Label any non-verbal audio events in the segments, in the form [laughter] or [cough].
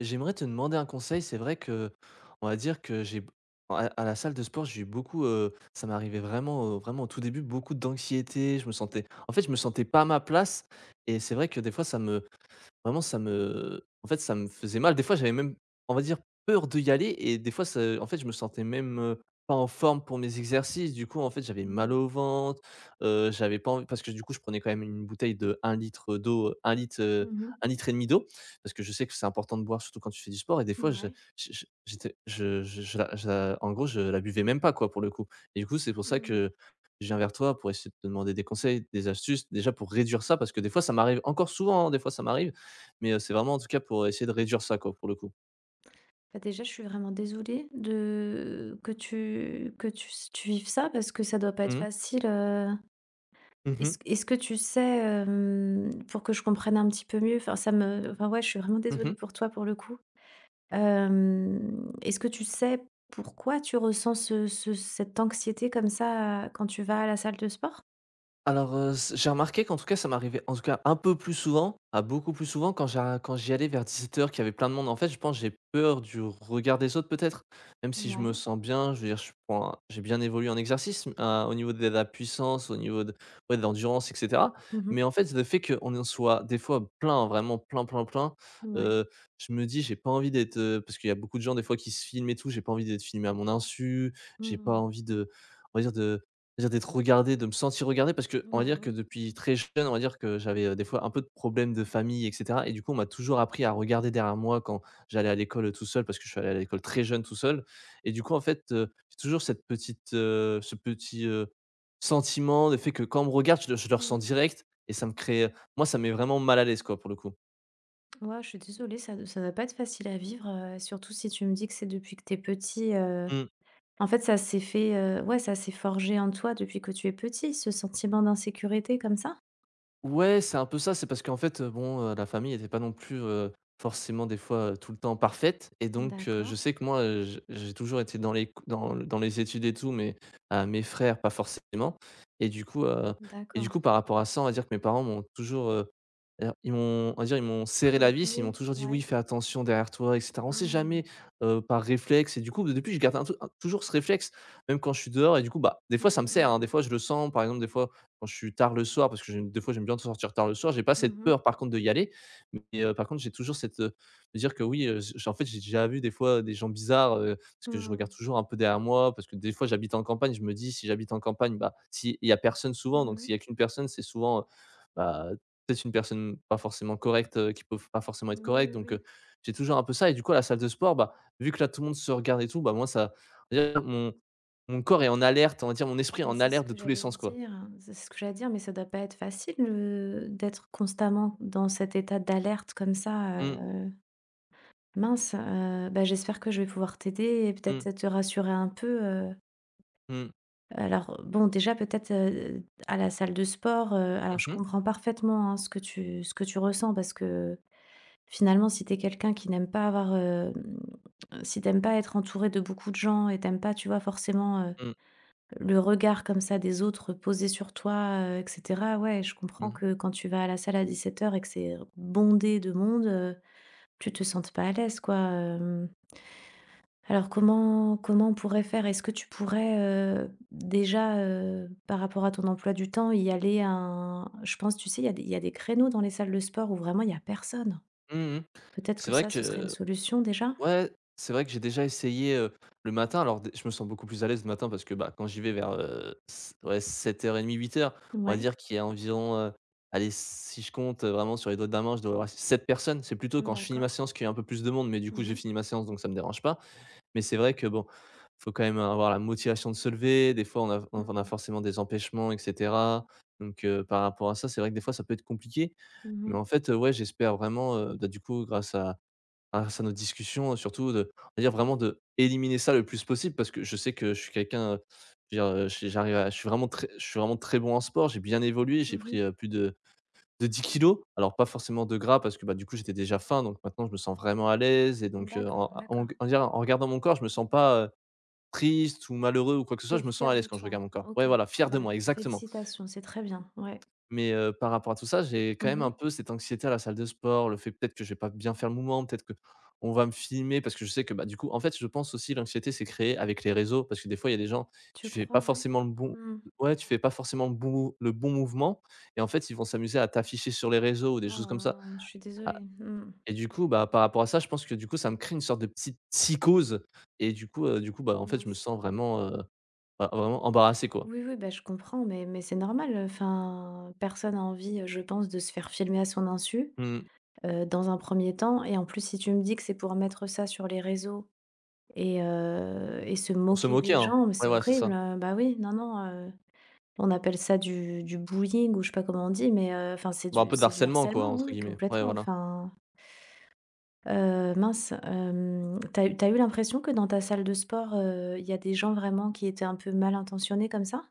J'aimerais te demander un conseil. C'est vrai que, on va dire que j'ai, à la salle de sport, j'ai eu beaucoup, ça m'arrivait vraiment, vraiment au tout début, beaucoup d'anxiété. Je me sentais, en fait, je me sentais pas à ma place. Et c'est vrai que des fois, ça me, Vraiment ça me en fait, ça me faisait mal. Des fois, j'avais même, on va dire, peur de y aller et des fois ça en fait, je me sentais même, pas en forme pour mes exercices. Du coup, en fait, j'avais mal Mmh. au ventre, j'avais pas env parce que du coup, je prenais quand même une bouteille de un litre d'eau, un litre, Mmh mh. 1,5 litre et demi d'eau parce que je sais que c'est important de boire surtout quand tu fais du sport et des fois Mouais. Je la en gros, je la buvais même pas quoi, pour le coup et du coup, c'est pour ça Mmh. que je viens vers toi pour essayer de te demander des conseils, des astuces, déjà pour réduire ça parce que des fois ça m'arrive encore souvent, hein, des fois ça m'arrive mais, c'est vraiment en tout cas pour essayer de réduire ça quoi, pour le coup. Bah, déjà, je suis vraiment désolée de que tu vives ça parce que ça doit pas être Mmh mh. facile. Mmh mh. Est-ce que tu sais, pour que je comprenne un petit peu mieux? Enfin ça me Enfin, ouais, je suis vraiment Mmh mh. désolée pour toi pour le coup. Est-ce que tu sais pourquoi tu ressens ce ce cette anxiété comme ça quand tu vas à la salle de sport? Alors, s j'ai remarqué qu'en tout cas, ça m'arrivait, en tout cas, un peu plus souvent, à beaucoup plus souvent quand j'a quand j'y allais vers 17 heures, qu'il y avait plein de monde. En fait, je pense, que j'ai peur du regard des autres peut-être? Même si je me Ouais. sens bien, je veux dire, je prends un j'ai bien évolué en exercice, m au niveau de la puissance, au niveau de ouais, de l'endurance et cetera. Mmh mh. Mais en fait, le fait qu'on en soit des fois plein, vraiment plein, plein, plein, Ouais. heu, je me dis: «J'ai pas envie d'être», parce qu'il y a beaucoup de gens des fois qui se filment et tout, j'ai pas envie d'être filmé à mon insu, j'ai pas Mmh. envie de, on va dire de c'est-à-dire d'être regardé, de me sentir regardé parce que on va Bah, dire que oui. depuis très jeune, on va dire que j'avais, des fois un peu de problèmes de famille et cetera et du coup, on m'a toujours appris à regarder derrière moi quand j'allais à l'école, tout seul parce que je suis allé à l'école très jeune tout seul et du coup, en fait, j'ai toujours cette petite, ce petit, sentiment de fait que quand on me regarde, je le ressens Mmh. direct et ça me crée, moi, ça me met vraiment mal à l'aise, quoi, pour le coup. Ouais, je suis désolée, ça doit pas être facile à vivre, surtout si tu me dis que c'est depuis que t'es petit. Mmh. En fait, ouais, ça s'est forgé en toi depuis que tu es petit, ce sentiment d'insécurité comme ça? Ouais, c'est un peu ça. C'est parce qu'en fait, bon, la famille n'était pas non plus, forcément des fois, tout le temps parfaite et donc je D'accord, sais que moi, je j'ai toujours été dans les co dans dans les études et tout, mais mes frères pas forcément et du coup, heu et du d'accord. coup, par rapport à ça, on va dire que mes parents m'ont toujours, alors ils m'ont on va dire, ils m'ont serré la vis, ils m'ont Prévenu, toujours dit: «Oui, ouais. fais attention derrière toi et cetera». On sait Mmh. jamais, par réflexe et du coup, depuis, je garde un toujours ce réflexe, même quand je suis dehors et du coup, bah, des Mmh fois ça me mh, sert, mmh. hein. Des fois, je le sens, par exemple, des fois, quand je suis tard le soir, parce que j'aime des fois, j'aime bien sortir tard le soir, j'ai pas cette Mmh mh. peur par contre de y aller. Mais, par contre, j'ai toujours cette, me dire que oui, j en fait, j'ai déjà vu des fois des gens bizarres, parce que je Mmh. regarde toujours un peu derrière moi, parce que des fois, j'habite en campagne, je me dis: «Si j'habite en campagne, bah, s'il y a personne souvent, donc Mmh. s'il y a qu'une personne, c'est souvent, bah, peut-être une personne pas forcément correcte, qui peut pas forcément être Oui, correcte», oui, donc, oui. j'ai toujours un peu ça et du coup à la salle de sport, bah, vu que là, tout le monde se regarde et tout, bah, moi ça on va dire mon corps est en alerte, on va dire mon esprit est Mais en c'est ce alerte de que tous les j'allais te sens, quoi. dire, c'est ce que j'allais dire, mais ça doit pas être facile, d'être constamment dans cet état d'alerte comme ça. Mmh, Mince. Bah, j'espère que je vais pouvoir t'aider et mmh. peut-être te rassurer un peu. Mmh. Alors bon, déjà peut-être, à la salle de sport, alors Mmh je mh. comprends parfaitement, hein, ce que tu ressens. Parce que finalement, si tu es quelqu'un qui n'aime pas avoir, si t'aimes pas être entouré de beaucoup de gens et t'aimes pas, tu vois, forcément, Mmh. le regard comme ça des autres posé sur toi, et cetera, ouais, je comprends Mmh. que quand tu vas à la salle à 17h et que c'est bondé de monde, tu te sentes pas à l'aise, quoi, hem. Alors comment on pourrait faire? Est-ce que tu pourrais, déjà, par rapport à ton emploi du temps, y aller à un, je pense, tu sais, il y a des créneaux dans les salles de sport où vraiment il y a personne. Mmh mh. Peut-être C'est que vrai ça, ce serait une que solution déjà? ouais, c'est vrai que j'ai déjà essayé, le matin. Alors dé je me sens beaucoup plus à l'aise le matin parce que, bah, quand j'y vais vers, s ouais 7 heures et demie, 8 heures, on va Ouais, dire qu'il y a environ, allez, si je compte vraiment sur les doigts de la main, je dois avoir 7 personnes. C'est plutôt quand je finis ma d'accord. séance qu'il y a un peu plus de monde, mais du coup, Mmh j'ai mh. fini ma séance donc ça me dérange pas. Mais c'est vrai que bon, faut quand même avoir la motivation de se lever. Des fois, on a Mmh on a mh. forcément des empêchements et cetera. Donc par rapport à ça, c'est vrai que des fois, ça peut être compliqué. Mais Mmh. en fait, ouais, j'espère vraiment, bah, du coup, grâce à nos discussions, surtout de on va dire vraiment d'éliminer ça le plus possible parce que je sais que je suis quelqu'un, je veux dire, j'arrive à je suis vraiment très bon en sport. J'ai bien évolué, j'ai pris, Mmh. Plus de 10 kilos alors pas forcément de gras parce que, bah, du coup, j'étais déjà faim donc maintenant je me sens vraiment à l'aise et donc en D'accord, en d'accord. g on en regardant mon corps, je me sens pas, triste ou malheureux ou quoi que ce soit, T'es es je me sens fière à l'aise de quand je toi? regarde mon corps. Ouais, OK. voilà, fier de Bah, moi, fé exactement. félicitations, c'est très bien, ouais. Mais par rapport à tout ça, j'ai quand même un Mmh. peu cette anxiété à la salle de sport, le fait peut-être que je vais pas bien faire le mouvement, peut-être que on va me filmer parce que je sais que, bah, du coup en fait, je pense aussi l'anxiété s'est créée avec les réseaux parce que des fois, il y a des gens, Tu tu fais pas crois, ouais? forcément le bon Mmh. ouais, tu fais pas forcément le bon mouvement et en fait, ils vont s'amuser à t'afficher sur les réseaux ou Oh des là choses comme ça. là, je suis désolée. Mmh. Et du coup, bah, par rapport à ça, je pense que du coup, ça me crée une sorte de petite psychose et du coup, bah, en fait, je me Mince. sens vraiment, bah, vraiment embarrassé, quoi. Oui, oui, bah, je comprends, mais c'est normal. Enfin, personne n'a envie, je pense, de se faire filmer à son insu, Mmh. Dans un premier temps. Et en plus, si tu me dis que c'est pour mettre ça sur les réseaux et se On se moquer moquait, des hein. gens, mais Ouais, c'est voilà, c'est horrible. ça. Bah oui, non, non. On appelle ça du bullying, ou je sais pas comment on dit, mais enfin, c'est Bon, un du, peu de c'est du harcèlement, quoi, harcèlement, oui, entre oui, guillemets. Ouais, complètement. voilà. Enfin, mince, t'as eu l'impression que dans ta salle de sport, il y a des gens vraiment qui étaient un peu mal intentionnés comme ça?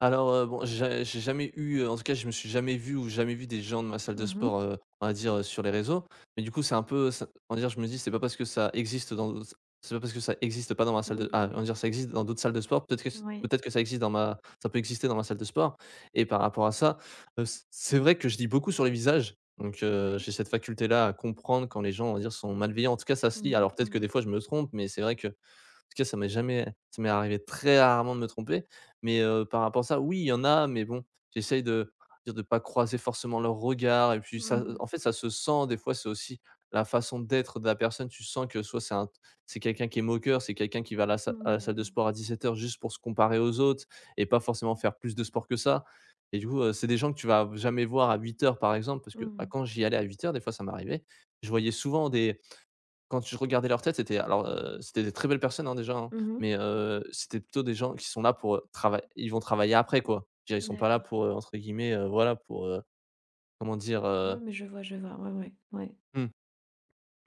Alors, bon, j'ai jamais eu, en tout cas, je me suis jamais vu ou jamais vu des gens de ma salle de Mhm. sport, on va dire, sur les réseaux. Mais du coup, c'est un peu ça on va dire, je me dis: «C'est pas parce que ça existe dans d'autres c'est pas parce que ça existe pas dans ma salle de» Oui, ah, on va oui. dire: «Ça existe dans d'autres salles de sport, peut-être que c Oui, peut-être que ça existe dans ma ça peut exister dans ma salle de sport» et par rapport à ça, c'est vrai que je dis beaucoup sur les visages. Donc, ouais. j'ai cette faculté-là à comprendre quand les gens, on va dire, sont malveillants. En tout cas, ça se Mmh lit. mh. Alors peut-être que des Mmh. fois, je me trompe, mais c'est vrai que tout cas, ça m'est jamais ça m'est arrivé très rarement de me tromper, mais par rapport à ça, oui, il y en a, mais bon, j'essaye de dire de pas croiser forcément leur regard. Et puis ça Mmh. en fait, ça se sent des fois, c'est aussi la façon d'être de la personne. Tu sens que soit c'est quelqu'un qui est moqueur, c'est quelqu'un qui va à la salle Oui, à la oui, salle de oui. sport à 17:00 juste pour se comparer aux autres et pas forcément faire plus de sport que ça et du coup, c'est des gens que tu vas jamais voir à 08:00 par exemple parce Mmh que, bah, quand mh. j'y allais à 08:00 des fois ça m'arrivait, je voyais souvent des quand je regardais leur tête, c'était alors, c'était des très belles personnes, hein, déjà, hein, Mmh. mais c'était plutôt des gens qui sont là pour, trava ils vont travailler après, quoi. Je veux dire, ils sont pas là D'accord. pour, entre guillemets, voilà, pour, comment dire? Oui, mais je vois, je vois. Ouais, ouais, ouais. Mmh.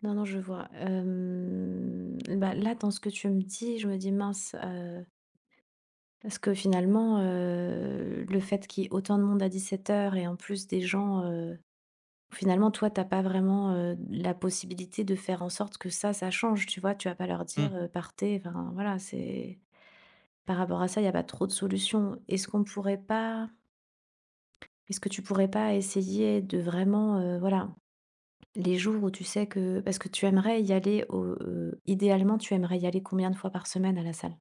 Non, non, je vois. Hem, bah, là, dans ce que tu me dis, je me dis: «Mince», parce que finalement, le fait qu'il y ait autant de monde à 17h et en plus des gens, finalement, toi, t'as pas vraiment, la possibilité de faire en sorte que ça change, tu vois? Tu vas pas leur Mmh. dire, «Partez», enfin, voilà, c'est par rapport à ça, il y a pas trop de solutions. Est-ce que tu pourrais pas essayer de vraiment, voilà, les jours où tu sais que, parce que tu aimerais y aller au idéalement, tu aimerais y aller combien de fois par semaine à la salle?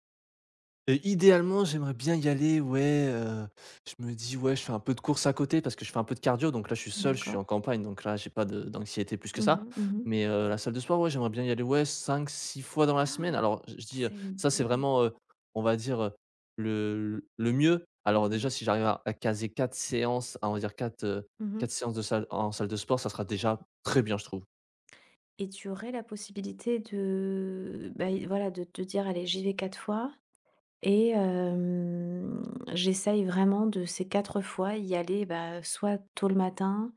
Idéalement, j'aimerais bien y aller, ouais, je me dis: «Ouais, je fais un peu de course à côté» parce que je fais un peu de cardio. Donc là, je suis seul, je suis D'accord. en campagne, donc là, j'ai pas de d'anxiété plus que Mmh ça. mh, mmh. Mais, [gasps] la salle de sport, ouais, j'aimerais bien y aller, ouais, cinq, six fois dans la semaine. Alors, je dis, C'est ça, c'est Ouais. vraiment, on va dire, le mieux. Mmh Alors déjà, mh. si j'arrive à caser 4 séances, à on va dire 4 Mmh. 4 séances de salle en salle de sport, ça sera déjà très bien, je trouve. Et tu aurais la possibilité de, bah, i voilà, de te dire: «Allez, j'y vais 4 fois et, hem, j'essaye vraiment, de ces 4 fois, y aller, bah, soit tôt le matin.»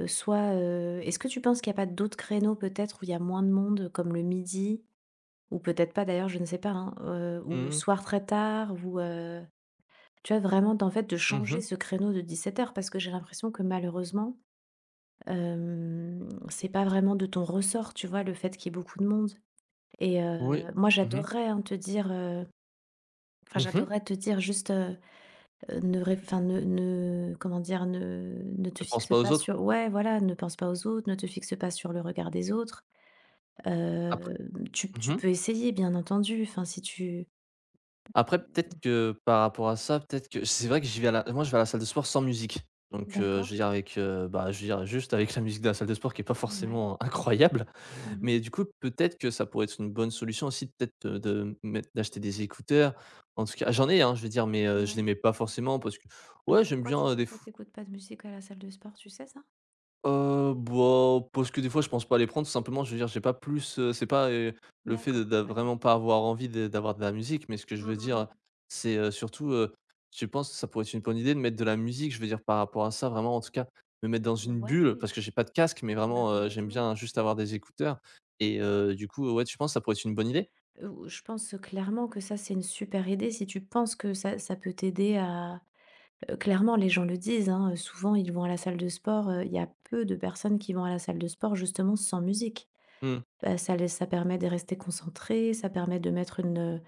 Soit, est-ce que tu penses qu'il n'y a pas d'autres créneaux peut-être où il y a moins de monde, comme le midi? Ou peut-être pas, d'ailleurs, je ne sais pas, hein, ou Mmh le mh. soir très tard ou, tu vois? Vraiment, en fait, de changer Mmh. ce créneau de 17h, parce que j'ai l'impression que malheureusement, c'est pas vraiment de ton ressort, tu vois? Le fait qu'il y ait beaucoup de monde. Oui. Moi Mmh mh. j'adorerais, hein, te dire, enfin Mmh mh. j'adorerais te dire juste, ne ré enfin ne comment dire? Ne te Je pense fixe pas aux pas autres. sur, ouais, voilà, ne pense pas aux autres, ne te fixe pas sur le regard des autres. Après Heu, tu Mmh. peux essayer bien entendu, enfin si tu Après peut-être que par rapport à ça, peut-être que c'est vrai que j'y vais à la moi je vais à la salle de sport sans musique. Donc je d'accord. veux dire avec, bah, je veux dire juste avec la musique de la salle de sport qui est pas Ouais. forcément incroyable. Mais Mmh. du coup, peut-être que ça pourrait être une bonne solution aussi peut-être, de mettre d'acheter des écouteurs. En tout cas, j'en ai, hein, je veux dire, mais je les Ouais, mets pas forcément parce que et ouais, j'aime bien, des pourquoi f t'écoutes pas de musique à la salle de sport, tu sais ça? Bah, parce que des fois je pense pas les prendre, tout simplement. Je veux dire, j'ai pas plus, c'est pas, le fait de D'accord, d'a d'accord. vraiment pas avoir envie de d'avoir de la musique. Mais ce que je veux Mmh mh, mmh. dire, c'est, surtout, je pense que ça pourrait être une bonne idée de mettre de la musique, je veux dire par rapport à ça, vraiment, en tout cas, me mettre dans une bulle Ouais, parce que j'ai pas de casque, mais bah, vraiment, j'aime complètement. bien juste avoir des écouteurs. Et du coup, ouais, tu penses que ça pourrait être une bonne idée? Je pense clairement que ça, c'est une super idée, si tu penses que ça peut t'aider à clairement, les gens le disent, hein, souvent ils vont à la salle de sport, il y a peu de personnes qui vont à la salle de sport justement sans musique. Mmh, Bah, ça permet de rester concentré, ça permet de mettre une,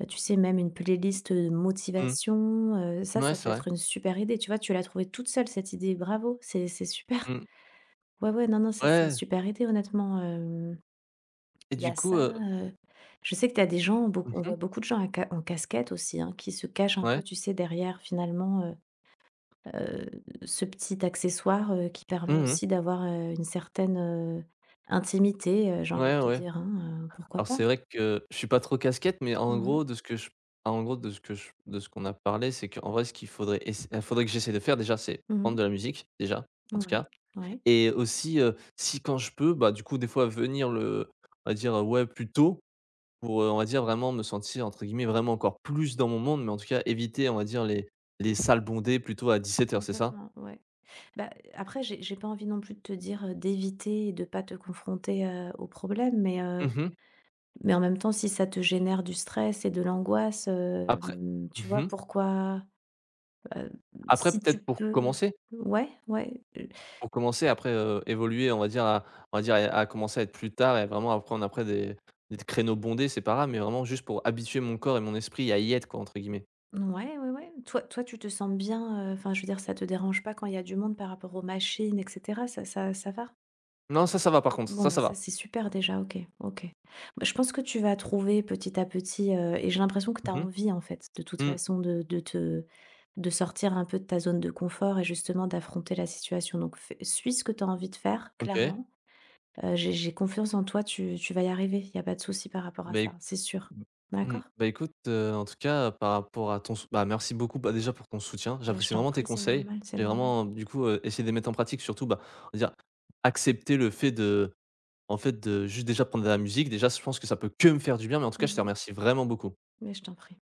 bah, tu sais, même une playlist, mmh. motivation, ça, Ouais, ça c'est peut vrai. être une super idée. Tu vois, tu l'as trouvée toute seule, cette idée, bravo, c'est super. [laughs] Mmh. Ouais, ouais, non, non, ça, c'est une Ouais super idée honnêtement, hem, et il y du a coup, ça, je sais que tu as des gens, beaucoup on voit mmh, beaucoup de gens à ca en casquette aussi, hein, qui se cachent un ouais. peu, tu sais, derrière finalement, heu heu, ce petit accessoire, qui permet Mmh. aussi d'avoir, une certaine, intimité. J'ai envie de Ouais, te ouais. dire, hein, pourquoi Alors c'est pas? vrai que je suis pas trop casquette, mais Mmh mh. En gros de ce que je de ce qu'on a parlé, c'est qu'en vrai, ce qu'il faudrait ess faudrait que j'essaie de faire déjà, c'est Mmh prendre mh. de la musique, déjà, en tout cas. Ouais, ouais, Et aussi, si quand je peux, bah, du coup, des fois venir le on va dire, ouais, plus tôt pour, on va dire vraiment me sentir entre guillemets «vraiment encore plus dans mon monde», mais en tout cas éviter, on va dire les salles bondées plutôt à 17:00, c'est ça? complètement, ouais. Bah, après, j'ai pas envie non plus de te dire, d'éviter et de pas te confronter, au problème, mais heu, Mmh. mais en même temps, si ça te génère du stress et de l'angoisse, Après hem, tu vois, Mmh. pourquoi, heu, Après si tu peut-être pour peux, commencer ouais, ouais, Pour commencer après, évoluer on va dire à commencer à être plus tard et vraiment à prendre après des créneaux bondés, c'est pas grave, mais vraiment juste pour habituer mon corps et mon esprit à y être quoi, entre guillemets. ouais, ouais, ouais. Toi, tu te sens bien, enfin, je veux dire, ça te dérange pas quand il y a du monde par rapport aux machines et cetera, ça va? Non ça, ça va. Par contre, Bon, ça, bah, ça va. ça, c'est super déjà, OK, OK. Bah, je pense que tu vas trouver petit à petit. Et j'ai l'impression que tu as Mmh mh. envie, en fait, de toute Mmh. façon, de te de sortir un peu de ta zone de confort et justement d'affronter la situation. Donc fais suis ce que tu as envie de faire, OK. clairement. J'ai confiance en toi, tu vas y arriver. Il y a pas de souci par rapport à Bah éc ça, c'est sûr. Mmh. D'accord? Bah écoute, en tout cas par rapport à ton sou bah merci beaucoup, bah déjà pour ton soutien. Bah, je J'apprécie t'en vraiment tes prie, c'est conseils. normal, c'est J'ai normal. vraiment du coup, essayé de les mettre en pratique, surtout, bah, on va dire accepter le fait de en fait de juste déjà prendre de la musique. Déjà je pense que ça peut que me faire du bien, mais en tout cas je te Mmh. remercie vraiment beaucoup. Mais je t'en prie.